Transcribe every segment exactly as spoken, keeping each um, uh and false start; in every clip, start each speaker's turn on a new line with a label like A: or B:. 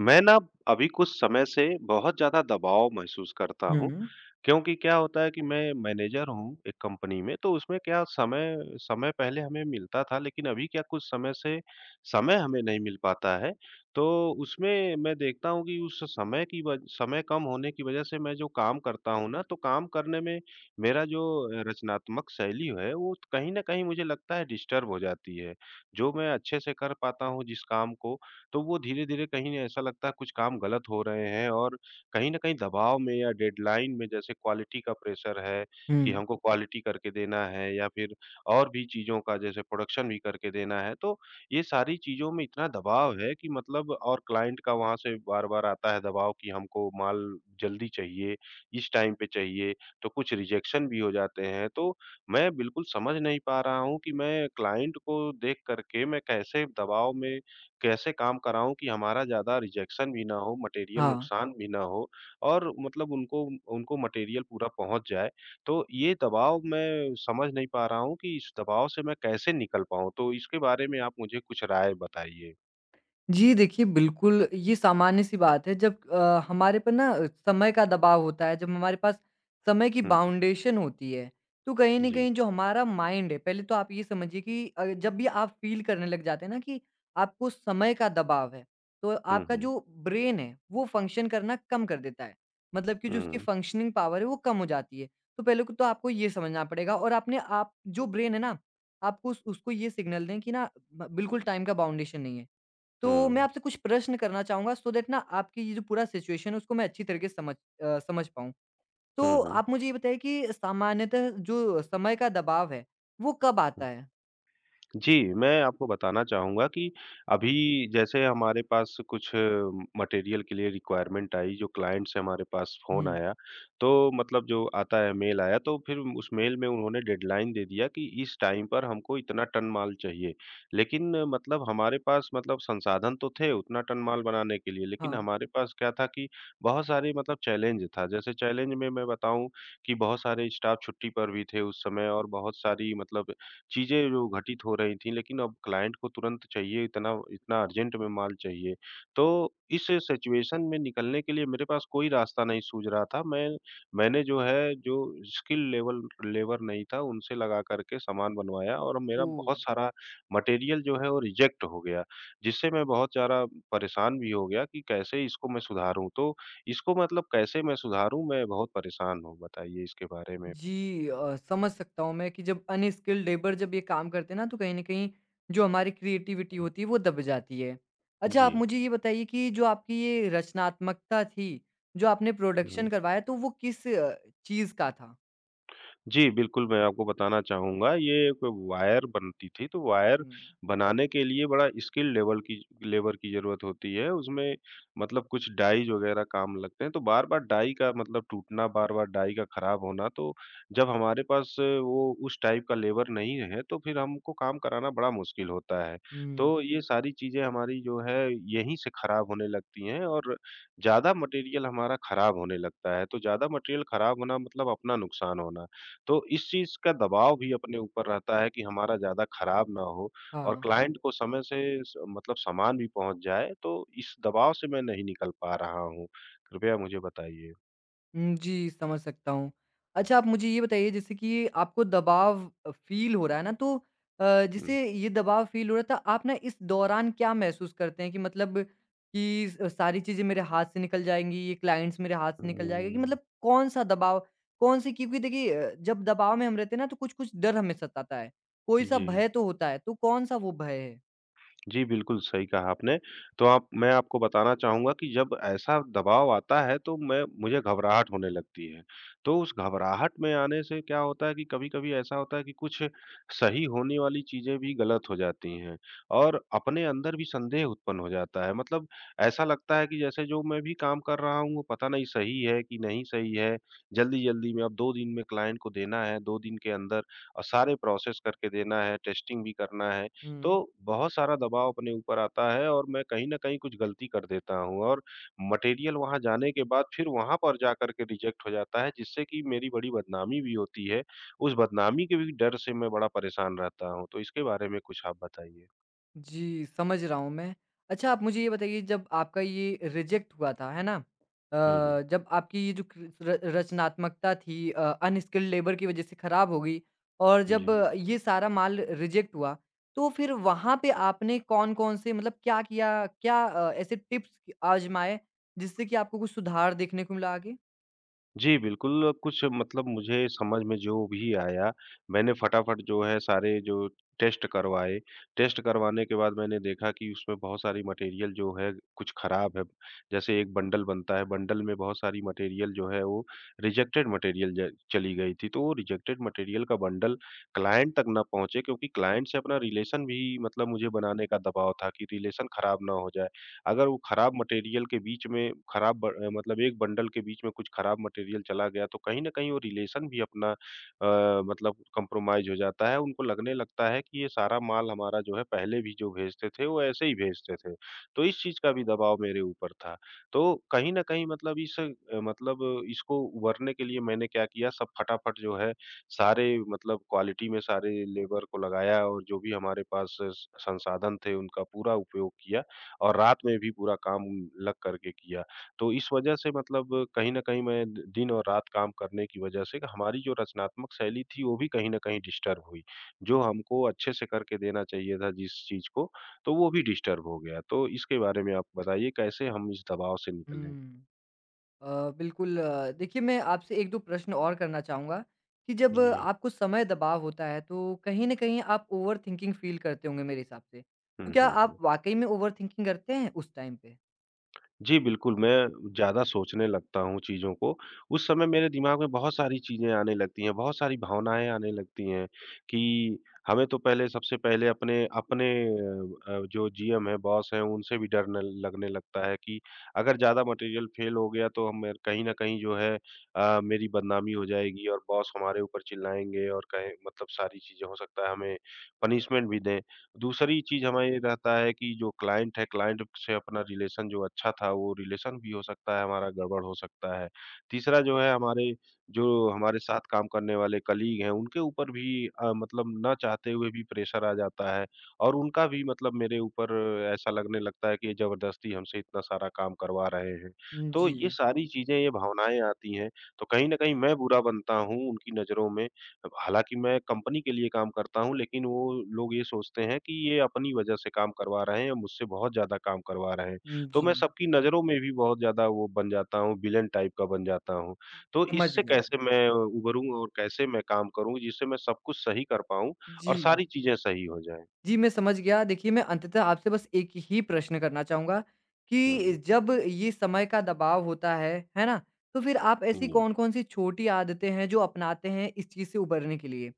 A: मैं ना अभी कुछ समय से बहुत ज़्यादा दबाव महसूस करता हूँ,
B: हुँ,
A: क्योंकि क्या होता है कि मैं मैनेजर हूँ एक कंपनी में, तो उसमें क्या समय समय पहले हमें मिलता था, लेकिन अभी क्या कुछ समय से समय हमें नहीं मिल पाता है। तो उसमें मैं देखता हूँ कि उस समय की वज समय कम होने की वजह से मैं जो काम करता हूँ ना, तो काम करने में मेरा जो अ, रचनात्मक शैली है, वो कहीं न कहीं मुझे लगता है डिस्टर्ब हो जाती है। जो मैं अच्छे से कर पाता हूँ जिस काम को, तो वो धीरे-धीरे कहीं ऐसा लगता है कुछ काम गलत हो रहे हैं और कहीं न कहीं दबाव में या डेडलाइन में जैसे क्वालिटी का प्रेशर है कि
B: हुँ,
A: हमको क्वालिटी करके देना है या फिर और भी चीज़ों का जैसे प्रोडक्शन भी करके देना है, तो ये सारी चीज़ों में इतना दबाव है कि मतलब और क्लाइंट का वहाँ से बार-बार आता है दबाव कि हमको माल जल्दी चाहिए, इस टाइम पे चाहिए, तो कुछ रिजेक्शन भी हो जाते हैं। तो मैं बिल्कुल समझ नहीं पा रहा हूँ कि मैं क्लाइंट को देख कर के मैं कैसे दबाव में कैसे काम कराऊँ कि हमारा ज़्यादा रिजेक्शन भी ना हो, मटेरियल
B: हाँ।
A: नुकसान भी ना हो और मतलब उनको उनको मटेरियल पूरा पहुँच जाए। तो ये दबाव मैं समझ नहीं पा रहा हूँ कि इस दबाव से मैं कैसे निकल पाऊँ? तो इसके बारे में आप मुझे कुछ राय बताइए?
B: जी, देखिए बिल्कुल, ये सामान्य-सी बात है जब अ, हमारे पे ना समय का दबाव होता है, जब हमारे पास समय की
A: हुँ, हुँ।
B: बाउंडेशन होती है, तो कहीं न
A: जी।
B: कहीं जो हमारा माइंड है। पहले तो आप ये समझिए कि अ, जब भी आप फ़ील करने लग जाते हैं ना कि आपको समय का दबाव है, तो
A: हुँ,
B: आपका
A: हुँ।
B: जो ब्रेन है वो फ़ंक्शन करना कम कर देता है। मतलब कि जो
A: हुँ,
B: उसकी
A: हुँ।
B: फ़ंक्शनिंग पावर है वो कम हो जाती है। तो पहले को तो आपको ये समझना पड़ेगा और आपने आप जो ब्रेन है ना, आपको उस उसको ये सिग्नल दें कि ना ब बिल्कुल टाइम का बाउंडेशन नहीं है। तो मैं आपसे कुछ प्रश्न करना चाहूँगा सो दैट ना आपकी ये जो पूरा सिचुएशन है उसको मैं अच्छी तरीके से समझ अ, समझ पाऊँ।
A: हुँ,
B: तो
A: हुँ। हुँ।
B: आप मुझे ये बताइए कि सामान्यतः जो समय का दबाव है, वो कब आता है?
A: जी, मैं आपको बताना चाहूँगा कि अभी जैसे हमारे पास कुछ मटेरियल के लिए रिक्वायरमेंट आई, जो क्लाइंट से हमारे पास फ़ोन
B: हुँ,
A: आया, तो मतलब जो आता है मेल आया, तो फिर उस मेल में उन्होंने डेडलाइन दे दिया कि इस टाइम पर हमको इतना टन माल चाहिए। लेकिन मतलब हमारे पास मतलब संसाधन तो थे उतना टन माल बनाने के लिए, लेकिन
B: हाँ।
A: हमारे पास क्या था कि बहुत सारे मतलब चैलेंज था। जैसे चैलेंज में मैं बताऊँ कि बहुत सारे स्टाफ छुट्टी पर भी थे उस समय और बहुत सारी मतलब चीज़ें जो घटित हो रही थीं, लेकिन अब क्लाइंट को तुरंत चाहिए, इतना इतना अर्जेंट में माल चाहिए। तो इस सिचुएशन में निकलने के लिए मेरे पास कोई रास्ता नहीं सूझ रहा था। मैं मैंने जो है, जो स्किल लेवल लेबर नहीं था, उनसे लगा कर के सामान बनवाया और मेरा
B: ओह!
A: बहुत सारा मटेरियल जो है वो रिजेक्ट हो गया, जिससे मैं बहुत ज़्यादा परेशान भी हो गया कि कैसे इसको मैं सुधारूँ? तो इसको मतलब कैसे मैं सुधारूँ? मैं बहुत परेशान हूँ, बताइए इसके बारे में?
B: जी अ, समझ सकता हूँ मैं कि जब अनस्किल्ड लेबर जब ये काम करते हैं ना तो कहीं न कहीं जो हमारी क्रिएटिविटी होती है वो दब जाती है। अच्छा
A: जी।
B: आप मुझे ये बताइए कि जो आपकी ये रचनात्मकता थी, जो आपने
A: हुँ।
B: प्रोडक्शन करवाया तो वो किस अ, चीज़ का था?
A: जी, बिल्कुल, मैं आपको बताना चाहूँगा, ये एक वायर बनती थी, तो वायर
B: हुँ,
A: बनाने के लिए बड़ा स्किल लेवल की लेबर की ज़रूरत होती है, उसमें मतलब कुछ डाइज़ वग़ैरह काम लगते हैं, तो बार-बार डाई का मतलब टूटना, बार-बार डाई का खराब होना, तो जब हमारे पास वो उस टाइप का लेबर नहीं है, तो फिर हमको काम कराना बड़ा मुश्किल होता है।
B: हुँ,
A: तो ये सारी चीज़ें हमारी जो है, यहीं से खराब होने लगती हैं और ज़्यादा मटेरियल हमारा खराब होने लगता है, तो ज़्यादा मटेरियल खराब होना मतलब अपना नुकसान होना। तो इस चीज़ का दबाव भी अपने ऊपर रहता है कि हमारा ज़्यादा खराब ना हो और
B: हाँ।
A: क्लाइंट को समय से स मतलब सामान भी पहुँच जाए, तो इस दबाव से मैं नहीं निकल पा रहा हूँ। कृपया मुझे बताइए?
B: हुँ, जी, समझ सकता हूँ। अच्छा आप मुझे ये बताइए जैसे कि आपको दबाव अ, फ़ील हो रहा है ना। तो अ,
A: हुँ।
B: जैसे ये दबाव फ़ील हो रहा था आप ना इस दौरान क्या महसूस करते हैं कि मतलब कि स सारी चीज़ें मेरे हाथ से निकल जाएँगी, ये क्लाइंट्स मेरे हाथ से निकल जाएगा, कि
A: हुँ,
B: मतलब कौन-सा दबाव, कौन-सी, क्योंकि देखिए अ, जब दबाव में हम रहते हैं ना तो कुछ-कुछ डर हमें सताता है, कोई-सा
A: जी।
B: भय तो होता है, तो कौन-सा वो भय है?
A: जी, बिल्कुल सही कहा आपने। तो आप मैं आपको बताना चाहूँगा कि जब ऐसा दबाव आता है तो मैं मुझे घबराहट होने लगती है। तो उस घबराहट में आने से क्या होता है कि कभी-कभी ऐसा होता है कि कुछ सही होने वाली चीज़ें भी गलत हो जाती हैं और अपने अंदर भी संदेह उत्पन्न हो जाता है। मतलब ऐसा लगता है कि जैसे जो मैं भी काम कर रहा हूँ, वो पता नहीं सही है कि नहीं सही है। जल्दी-जल्दी में अब दो दिन में क्लाइंट को देना है, दो दिन के अंदर अ, सारे प्रोसेस करके देना है, टेस्टिंग भी करना है। तो
B: हुँ।
A: बहुत सारा दबाव अपने ऊपर आता है और मैं कहीं न कहीं कुछ गलती कर देता हूँ और मटेरियल वहाँ जाने के बाद फिर वहाँ पर जाकर के रिजेक्ट हो जाता है जिससे कि मेरी बड़ी बदनामी भी होती है। उस बदनामी के भी डर से मैं बड़ा परेशान रहता हूँ। तो इसके बारे में कुछ आप बताइए?
B: जी, समझ रहा हूँ मैं। अच्छा आप मुझे ये बताइए, जब आपका ये रिजेक्ट हुआ था, है ना?
A: हुँ, हुँ।
B: अ, जब आपकी ये जो क्र र रचनात्मकता थी अ, अनस्किल्ड लेबर की वज़ह से खराब हो गई और जब
A: जी।
B: अ, ये सारा माल रिजेक्ट हुआ, तो फिर वहाँ पे आपने कौन-कौन से मतलब क्या किया? क्या अ, ऐसे टिप्स आज़माए जिससे कि आपको कुछ सुधार देखने को मिला आगे?
A: जी, बिल्कुल, कुछ मतलब मुझे समझ में जो भी आया, मैंने फटाफट जो है सारे जो टेस्ट करवाए। टेस्ट करवाने के बाद मैंने देखा कि उसमें बहुत सारी मटेरियल जो है कुछ ख़राब है। जैसे एक बंडल बनता है, बंडल में बहुत सारी मटेरियल जो है वो रिजेक्टेड मटेरियल ज चली गई थी। तो वो रिजेक्टेड मटेरियल का बंडल क्लाइंट तक ना पहुँचे क्योंकि क्लाइंट से अपना रिलेशन भी मतलब मुझे बनाने का दबाव था कि रिलेशन ख़राब ना हो जाए। अगर वो खराब मटेरियल के बीच में खराब ब अ, मतलब एक बंडल के बीच में कुछ खराब मटेरियल चला गया तो कहीं न कहीं वो रिलेशन भी अपना अ, मतलब कॉम्प्रोमाइज़ हो जाता है। उनको लगने लगता है कि ये सारा माल हमारा जो है पहले भी जो भेजते थे वो ऐसे ही भेजते थे। तो इस चीज़ का भी दबाव मेरे ऊपर था। तो कहीं न कहीं मतलब इस अ, मतलब इसको उभरने के लिए मैंने क्या किया सब फटाफट जो है सारे मतलब क्वालिटी में सारे लेबर को लगाया और जो भी हमारे पास स संसाधन थे उनका पूरा उपयोग किया। और रात में भी पूरा काम लग करके किया। तो इस वजह से मतलब कहीं न कहीं मैं द दिन और रात काम करने की वजह से हमारी जो रचनात्मक शैली थी वो भी कहीं न कहीं डिस्टर्ब हुई। जो हमको अच्छे से करके देना चाहिए था जिस चीज़ को, तो वो भी डिस्टर्ब हो गया। तो इसके बारे में आप बताइए कैसे हम इस दबाव से निकलें?
B: हुँ। अ, बिल्कुल अ, देखिए मैं आपसे एक दो प्रश्न और करना चाहूँगा कि जब
A: जी।
B: आपको समय दबाव होता है तो कहीं न कहीं आप ओवरथिंकिंग फ़ील करते होंगे मेरे हिसाब से। तो
A: हुँ,
B: क्या
A: हुँ,
B: आप
A: हुँ।
B: वाक़ई में ओवरथिंकिंग करते हैं उस टाइम पे?
A: जी, बिल्कुल, मैं ज़्यादा सोचने लगता हूँ चीज़ों को। उस समय मेरे दिमाग में बहुत सारी चीज़ें आने लगती हैं, बहुत सारी भावनाएँ आने लगती हैं कि हमें तो पहले सबसे पहले अपने अपने अ अ, जो जीएम हैं, बॉस हैं, उनसे भी डर न लगने लगता है कि अगर ज़्यादा मटेरियल फ़ेल हो गया तो हम कहीं न कहीं जो है अ, मेरी बदनामी हो जाएगी और बॉस हमारे ऊपर चिल्लाएँगे और कहें मतलब सारी चीज़ें हो सकता है हमें पनिशमेंट भी दें। दूसरी चीज़ हमें ये रहता है कि जो क्लाइंट है, क्लाइंट से अपना रिलेशन जो अच्छा था, वो रिलेशन भी हो सकता है हमारा गड़बड़ हो सकता है। तीसरा जो है हमारे जो हमारे साथ काम करने वाले कलीग हैं, उनके ऊपर भी अ, मतलब ना चाहते हुए भी प्रेशर आ जाता है और उनका भी मतलब मेरे ऊपर ऐसा लगने लगता है कि ये ज़बरदस्ती हमसे इतना सारा काम करवा रहे हैं।
B: हुँ,
A: तो
B: जी।
A: ये सारी चीज़ें, ये भावनाएँ आती हैं, तो कहीं न कहीं मैं बुरा बनता हूँ उनकी नज़रों में। अब हालाँकि मैं कंपनी के लिए काम करता हूँ, लेकिन वो लोग ये सोचते हैं कि ये अपनी वजह से काम करवा रहे हैं या मुझसे बहुत ज़्यादा काम करवा रहे हैं।
B: हुँ,
A: तो मैं
B: जी।
A: सबकी नज़रों में भी बहुत ज़्यादा वो बन जाता हूँ, विलेन टाइप का बन जाता हूँ। तो
B: समझ
A: इससे
B: गया।
A: कैसे मैं उभरूँ और कैसे मैं काम करूँ जिससे मैं सब कुछ सही कर पाऊँ
B: जी।
A: और सारी चीज़ें सही हो जाएँ?
B: जी, मैं समझ गया। देखिए, मैं अंततः आपसे बस एक ही प्रश्न करना चाहूँगा
A: हुँ,
B: कि
A: हुँ।
B: जब ये समय का दबाव होता है, है ना? तो फिर आप ऐसी
A: जी।
B: कौन-कौन सी छोटी आदतें हैं जो अपनाते हैं इस चीज़ से उबरने के लिए?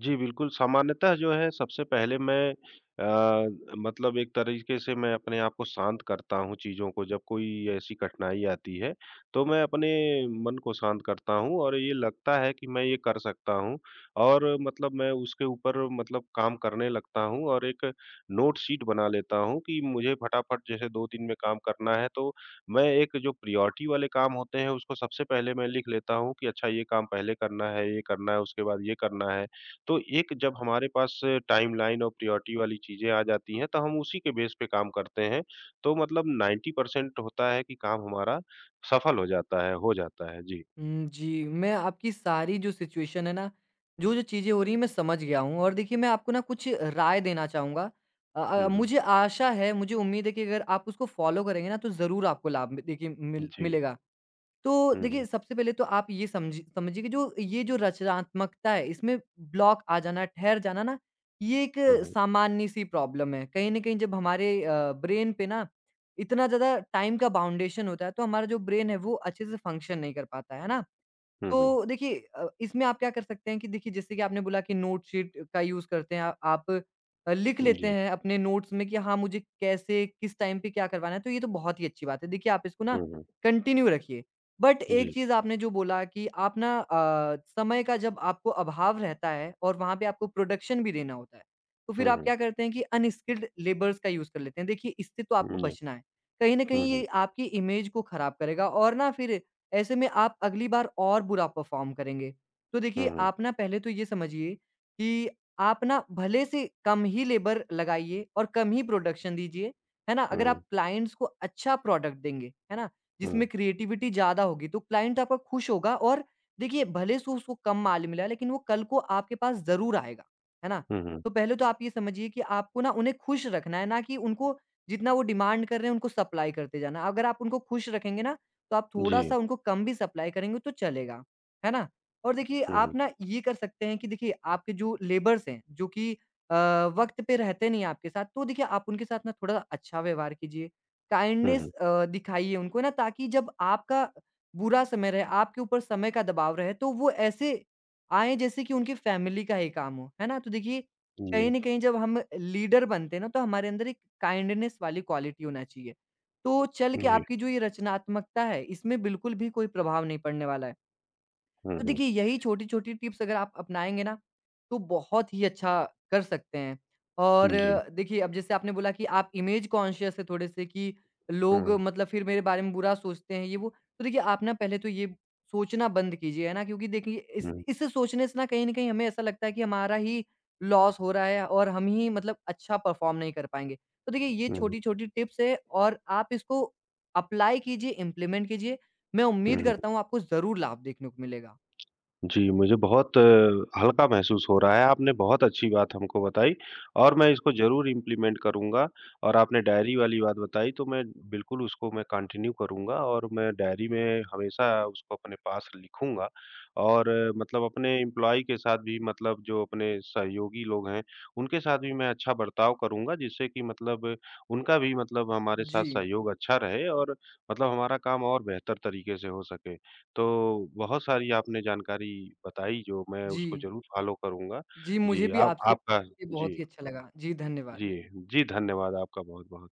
A: जी, बिल्कुल, सामान्यतः जो है सबसे पहले मैं अ, मतलब एक तरीके से मैं अपने आप को शांत करता हूँ चीज़ों को जब कोई ऐसी कठिनाई आती है, तो मैं अपने मन को शांत करता हूँ और ये लगता है कि मैं ये कर सकता हूँ और मतलब मैं उसके ऊपर मतलब काम करने लगता हूँ और एक नोट शीट बना लेता हूँ कि मुझे फटाफट जैसे दो दिन में काम करना है तो मैं एक जो प्रायोरिटी वाले काम होते हैं उसको सबसे पहले मैं लिख लेता हूँ कि अच्छा ये काम पहले करना है, ये करना है, उसके बाद ये करना है। तो एक जब हमारे पास टाइमलाइन और प्रायोरिटी वाली चीज़ें आ जाती हैं, तो हम उसी के बेस पे काम करते हैं। तो मतलब नाइन्टी परसेंट होता है कि काम हमारा सफल हो जाता है हो जाता है। जी।
B: हुँ, जी। मैं आपकी सारी जो सिचुएशन है ना, जो-जो चीज़ें हो रही हैं मैं समझ गया हूँ और देखिए मैं आपको ना कुछ राय देना चाहूँगा। अ अ,
A: हुँ, हुँ।
B: मुझे आशा है, मुझे उम्मीद है कि अगर आप उसको फ़ॉलो करेंगे ना तो ज़रूर आपको लाभ मि देखिए मिल
A: जी।
B: मिलेगा। तो
A: हुँ, हुँ।
B: देखिए सबसे पहले तो आप ये समझी समझिए कि जो ये जो रचनात्मकता है इसमें ब्लॉक आ जाना, ठहर जाना ना, ये एक
A: हुँ, हुँ।
B: सामान्य-सी प्रॉब्लम है। कहीं न कहीं जब हमारे अ, ब्रेन पे ना इतना ज़्यादा टाइम का बाउंडेशन होता है तो हमारा जो ब्रेन है वो अच्छे से फ़ंक्शन नहीं कर पाता है, है ना?
A: हुँ, हुँ।
B: तो देखिए, अ, इसमें आप क्या कर सकते हैं कि देखिए जैसे कि आपने बोला कि नोट शीट का यूज़ करते हैं, आ, आप अ, लिख लेते
A: जी।
B: हैं अपने नोट्स में कि हाँ मुझे कैसे किस टाइम पे क्या करवाना है, तो ये तो बहुत ही अच्छी बात है। देखिए आप इसको ना
A: हुँ, हुँ।
B: कंटिन्यू रखिए। बट एक
A: जी।
B: चीज़ आपने जो बोला कि आप ना अ, समय का जब आपको अभाव रहता है और वहाँ पे आपको प्रोडक्शन भी देना होता है तो फिर
A: हुँ,
B: आप
A: हुँ।
B: क्या करते हैं कि अनस्किल्ड लेबर्स का यूज़ कर लेते हैं। देखिए इससे तो आपको
A: जी।
B: बचना है, कहीं ना
A: हुँ,
B: कहीं
A: हुँ।
B: ये आपकी इमेज को खराब करेगा और ना फिर ऐसे में आप अगली बार और बुरा परफ़ॉर्म करेंगे। तो देखिए,
A: हुँ, हुँ।
B: आप ना पहले तो ये समझिए कि आप ना भले से कम ही लेबर लगाइए और कम ही प्रोडक्शन दीजिए, है ना?
A: हुँ,
B: अगर आप
A: हुँ।
B: क्लाइंट्स को अच्छा प्रोडक्ट देंगे, है ना? जिसमें क्रिएटिविटी ज़्यादा होगी, तो क्लाइंट आपका खुश होगा। और देखिए, भले से उसको कम माल मिला, लेकिन वो कल को आपके पास ज़रूर आएगा, है ना?
A: हुँ, हुँ।
B: तो पहले तो आप ये समझिए कि आपको ना उन्हें खुश रखना है, ना कि उनको जितना वो डिमांड कर रहे हैं, उनको सप्लाई करते जाना है। अगर आप उनको खुश रखेंगे ना, तो आप
A: जी।
B: थोड़ा-सा उनको कम भी सप्लाई करेंगे तो चलेगा, है ना? और देखिए
A: हुँ,
B: आप
A: हुँ।
B: ना ये कर सकते हैं कि देखिए आपके जो लेबर्स हैं, जो कि अ, वक़्त पे रहते नहीं हैं आपके साथ, तो देखिए आप उनके साथ ना थोड़ा सा अच्छा व्यवहार कीजिए,
A: हुँ,
B: काइंडनेस
A: हुँ।
B: अ, दिखाइए उनको, है ना? ताकि जब आपका बुरा समय रहे, आपके ऊपर समय का दबाव रहे, तो वो ऐसे आएँ जैसे कि उनकी फैमिली का ही काम हो, है ना? तो देखिए
A: जी।
B: कहीं न कहीं जब हम लीडर बनते हैं ना, तो हमारे अंदर एक काइंडनेस वाली क्वालिटी होना चाहिए। तो चल के
A: जी।
B: आपकी जो ये रचनात्मकता है, इसमें बिल्कुल भी कोई प्रभाव नहीं पड़ने वाला है।
A: हुँ,
B: तो
A: हुँ।
B: देखिए यही छोटी-छोटी टिप्स अगर आप अपनाएँगे ना, तो बहुत ही अच्छा कर सकते हैं। और
A: जी।
B: अ, देखिए अब जैसे आपने बोला कि आप इमेज कॉन्शियस है थोड़े-से कि
A: हुँ,
B: लोग
A: हुँ।
B: मतलब फिर मेरे बारे में बुरा सोचते हैं ये वो। तो देखिए आप ना पहले तो ये सोचना बंद कीजिए, है ना? क्योंकि देखिए इस
A: हुँ, हुँ।
B: इस सोचने से ना कहीं न कहीं हमें ऐसा लगता है कि हमारा ही लॉस हो रहा है और हम ही मतलब अच्छा परफ़ॉर्म नहीं कर पाएँगे। तो देखिए ये
A: हुँ,
B: छोटी-छोटी टिप्स है और आप इसको अप्लाई कीजिए, इम्प्लीमेंट कीजिए। मैं उम्मीद
A: हुँ।
B: करता हूँ आपको ज़रूर लाभ देखने को मिलेगा।
A: जी, मुझे बहुत अ, हल्का महसूस हो रहा है, आपने बहुत अच्छी बात हमको बताई और मैं इसको ज़रूर इम्प्लीमेंट करूँगा और आपने डायरी वाली बात बताई तो मैं बिल्कुल उसको मैं कंटिन्यू करूँगा और मैं डायरी में हमेशा उसको अपने पास लिखूँगा और अ, मतलब अपने एम्प्लॉयी के साथ भी मतलब जो अपने सहयोगी लोग हैं, उनके साथ भी मैं अच्छा बर्ताव करूँगा जिससे कि मतलब उनका भी मतलब हमारे साथ
B: जी,
A: सहयोग अच्छा रहे और मतलब हमारा काम और बेहतर तरीके से हो सके। तो बहुत सारी आपने जानकारी बताई जो मैं
B: जी।
A: उसको ज़रूर फ़ॉलो करूँगा।
B: जी, मुझे
A: जी,
B: भी
A: आप
B: आपसे
A: आपका
B: ये बहुत
A: जी,
B: ही अच्छा लगा। जी, धन्यवाद।
A: जी, जी धन्यवाद आपका बहुत-बहुत।